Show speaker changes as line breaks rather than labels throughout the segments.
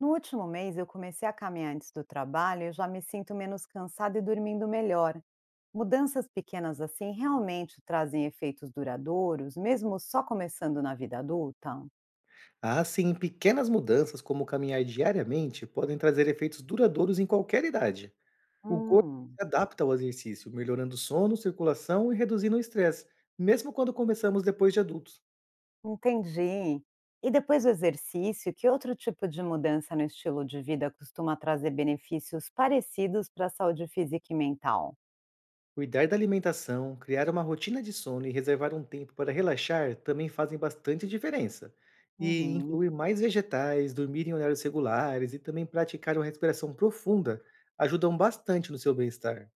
No último mês, eu comecei a caminhar antes do trabalho e eu já me sinto menos cansada e dormindo melhor. Mudanças pequenas assim realmente trazem efeitos duradouros, mesmo só começando na vida adulta?
Ah, sim, pequenas mudanças, como caminhar diariamente, podem trazer efeitos duradouros em qualquer idade. O corpo
Hum,
se adapta ao exercício, melhorando sono, circulação e reduzindo o estresse, mesmo quando começamos depois de adultos.
entendi. E depois do exercício, que outro tipo de mudança no estilo de vida costuma trazer benefícios parecidos para a saúde física e mental?
Cuidar da alimentação, criar uma rotina de sono e reservar um tempo para relaxar também fazem bastante diferença. E
Uhum.
incluir mais vegetais, dormir em horários regulares e também praticar uma respiração profunda ajudam bastante no seu bem-estar.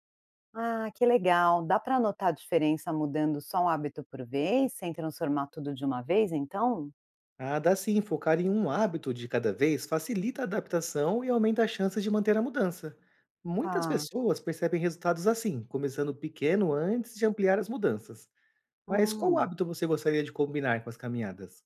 Ah, que legal! Dá para notar a diferença mudando só um hábito por vez, sem transformar tudo de uma vez, então?
Ah, dá sim, focar em um hábito de cada vez facilita a adaptação e aumenta as chances de manter a mudança. Muitas
Tá.
pessoas percebem resultados assim, começando pequeno antes de ampliar as mudanças. Mas qual
Hum.
hábito você gostaria de combinar com as caminhadas?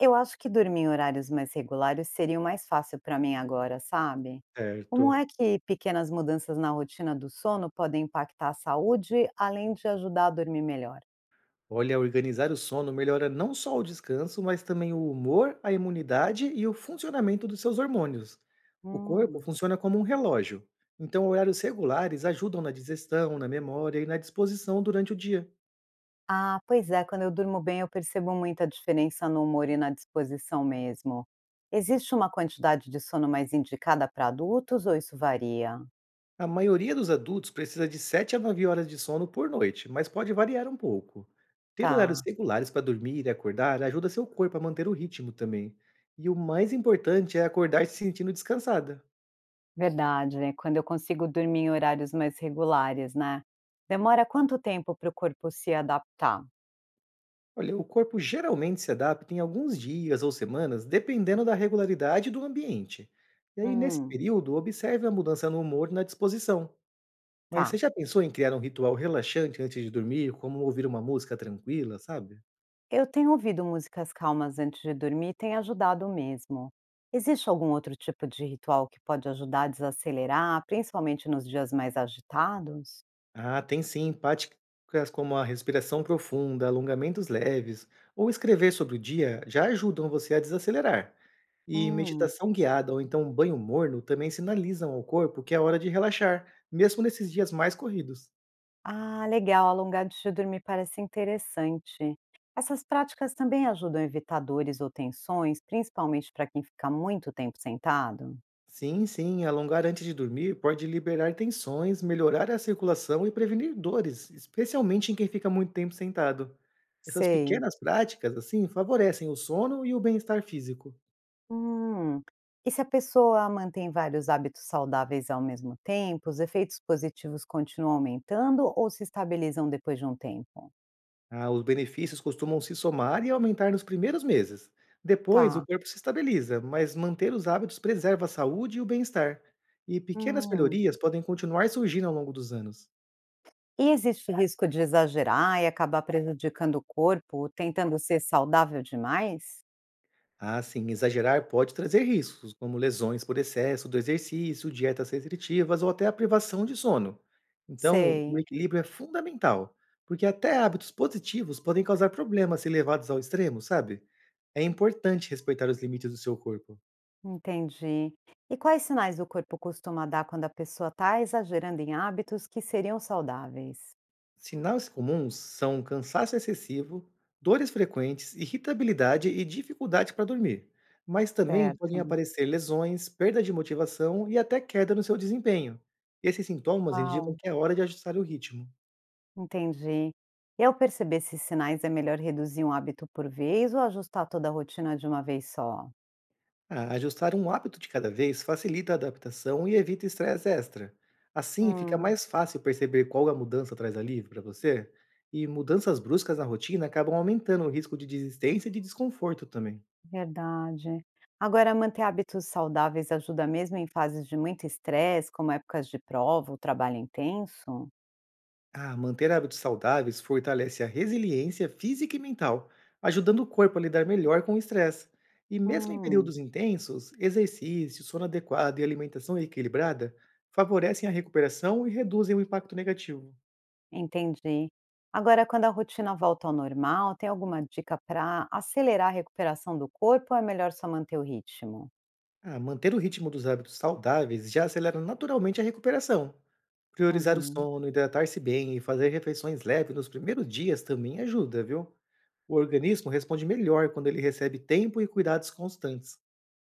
Eu acho que dormir em horários mais regulares seria o mais fácil para mim agora, sabe? Como é
Certo.
que pequenas mudanças na rotina do sono podem impactar a saúde, além de ajudar a dormir melhor?
Olha, organizar o sono melhora não só o descanso, mas também o humor, a imunidade e o funcionamento dos seus hormônios. O corpo
Hum.
funciona como um relógio, então horários regulares ajudam na digestão, na memória e na disposição durante o dia.
Ah, pois é, quando eu durmo bem, eu percebo muita diferença no humor e na disposição mesmo. Existe uma quantidade de sono mais indicada para adultos ou isso varia?
A maioria dos adultos precisa de 7 a 9 horas de sono por noite, mas pode variar um pouco. Ter horários
Tá.
regulares para dormir e acordar ajuda seu corpo a manter o ritmo também. E o mais importante é acordar se sentindo descansada.
Verdade, é quando eu consigo dormir em horários mais regulares, né. Demora quanto tempo para o corpo se adaptar?
Olha, o corpo geralmente se adapta em alguns dias ou semanas, dependendo da regularidade do ambiente. E aí, nesse
Hum,
período, observe a mudança no humor e na disposição. Mas você
tá.
já pensou em criar um ritual relaxante antes de dormir, como ouvir uma música tranquila, sabe?
Eu tenho ouvido músicas calmas antes de dormir e tem ajudado mesmo. Existe algum outro tipo de ritual que pode ajudar a desacelerar, principalmente nos dias mais agitados?
Ah, tem sim práticas como a respiração profunda, alongamentos leves ou escrever sobre o dia já ajudam você a desacelerar. E
Hum.
meditação guiada ou então um banho morno também sinalizam ao corpo que é hora de relaxar, mesmo nesses dias mais corridos.
Ah, legal, alongar antes de dormir parece interessante. Essas práticas também ajudam a evitar dores ou tensões, principalmente para quem fica muito tempo sentado?
Sim, sim, alongar antes de dormir pode liberar tensões, melhorar a circulação e prevenir dores, especialmente em quem fica muito tempo sentado. Essas
Sei.
pequenas práticas, assim, favorecem o sono e o bem-estar físico.
Hum. E se a pessoa mantém vários hábitos saudáveis ao mesmo tempo, os efeitos positivos continuam aumentando ou se estabilizam depois de um tempo?
Ah, os benefícios costumam se somar e aumentar nos primeiros meses. Depois, o
Tá.
corpo se estabiliza, mas manter os hábitos preserva a saúde e o bem-estar. E pequenas
Hum.
melhorias podem continuar surgindo ao longo dos anos.
E existe risco de exagerar e acabar prejudicando o corpo, tentando ser saudável demais?
Ah, sim, exagerar pode trazer riscos, como lesões por excesso do exercício, dietas restritivas ou até a privação de sono. Então, o
Sei,
equilíbrio é fundamental, porque até hábitos positivos podem causar problemas se levados ao extremo, sabe? É importante respeitar os limites do seu corpo.
entendi. E quais sinais o corpo costuma dar quando a pessoa está exagerando em hábitos que seriam saudáveis?
Sinais comuns são cansaço excessivo, dores frequentes, irritabilidade e dificuldade para dormir, mas também podem
Certo.
aparecer lesões, perda de motivação e até queda no seu desempenho. Esses sintomas
Uau.
indicam que é hora de ajustar o ritmo.
Entendi. E ao perceber esses sinais, é melhor reduzir um hábito por vez ou ajustar toda a rotina de uma vez só?
Ah, ajustar um hábito de cada vez facilita a adaptação e evita estresse extra. Assim, fica
Hum,
mais fácil perceber qual a mudança traz alívio para você, e mudanças bruscas na rotina acabam aumentando o risco de desistência e de desconforto também.
verdade. Agora, manter hábitos saudáveis ajuda mesmo em fases de muito estresse, como épocas de prova ou trabalho intenso?
Ah, manter hábitos saudáveis fortalece a resiliência física e mental, ajudando o corpo a lidar melhor com o estresse. E mesmo em
Hum,
períodos intensos, exercício, sono adequado e alimentação equilibrada favorecem a recuperação e reduzem o impacto negativo.
entendi. Agora, quando a rotina volta ao normal, tem alguma dica para acelerar a recuperação do corpo ou é melhor só manter o ritmo?
Ah, manter o ritmo dos hábitos saudáveis já acelera naturalmente a recuperação. Priorizar o
Uhum.
sono, hidratar-se bem e fazer refeições leves nos primeiros dias também ajuda, viu? O organismo responde melhor quando ele recebe tempo e cuidados constantes.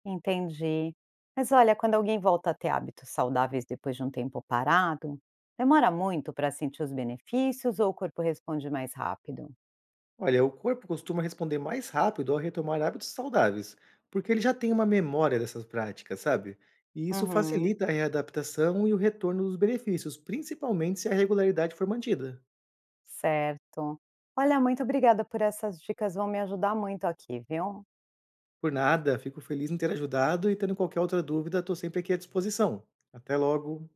Entendi. Mas olha, quando alguém volta a ter hábitos saudáveis depois de um tempo parado, demora muito para sentir os benefícios ou o corpo responde mais rápido?
Olha, o corpo costuma responder mais rápido ao retomar hábitos saudáveis, porque ele já tem uma memória dessas práticas, sabe? E isso
Uhum.
facilita a readaptação e o retorno dos benefícios, principalmente se a regularidade for mantida.
Certo. Olha, muito obrigada por essas dicas, vão me ajudar muito aqui, viu?
Por nada, fico feliz em ter ajudado e tendo qualquer outra dúvida, estou sempre aqui à disposição. Até logo!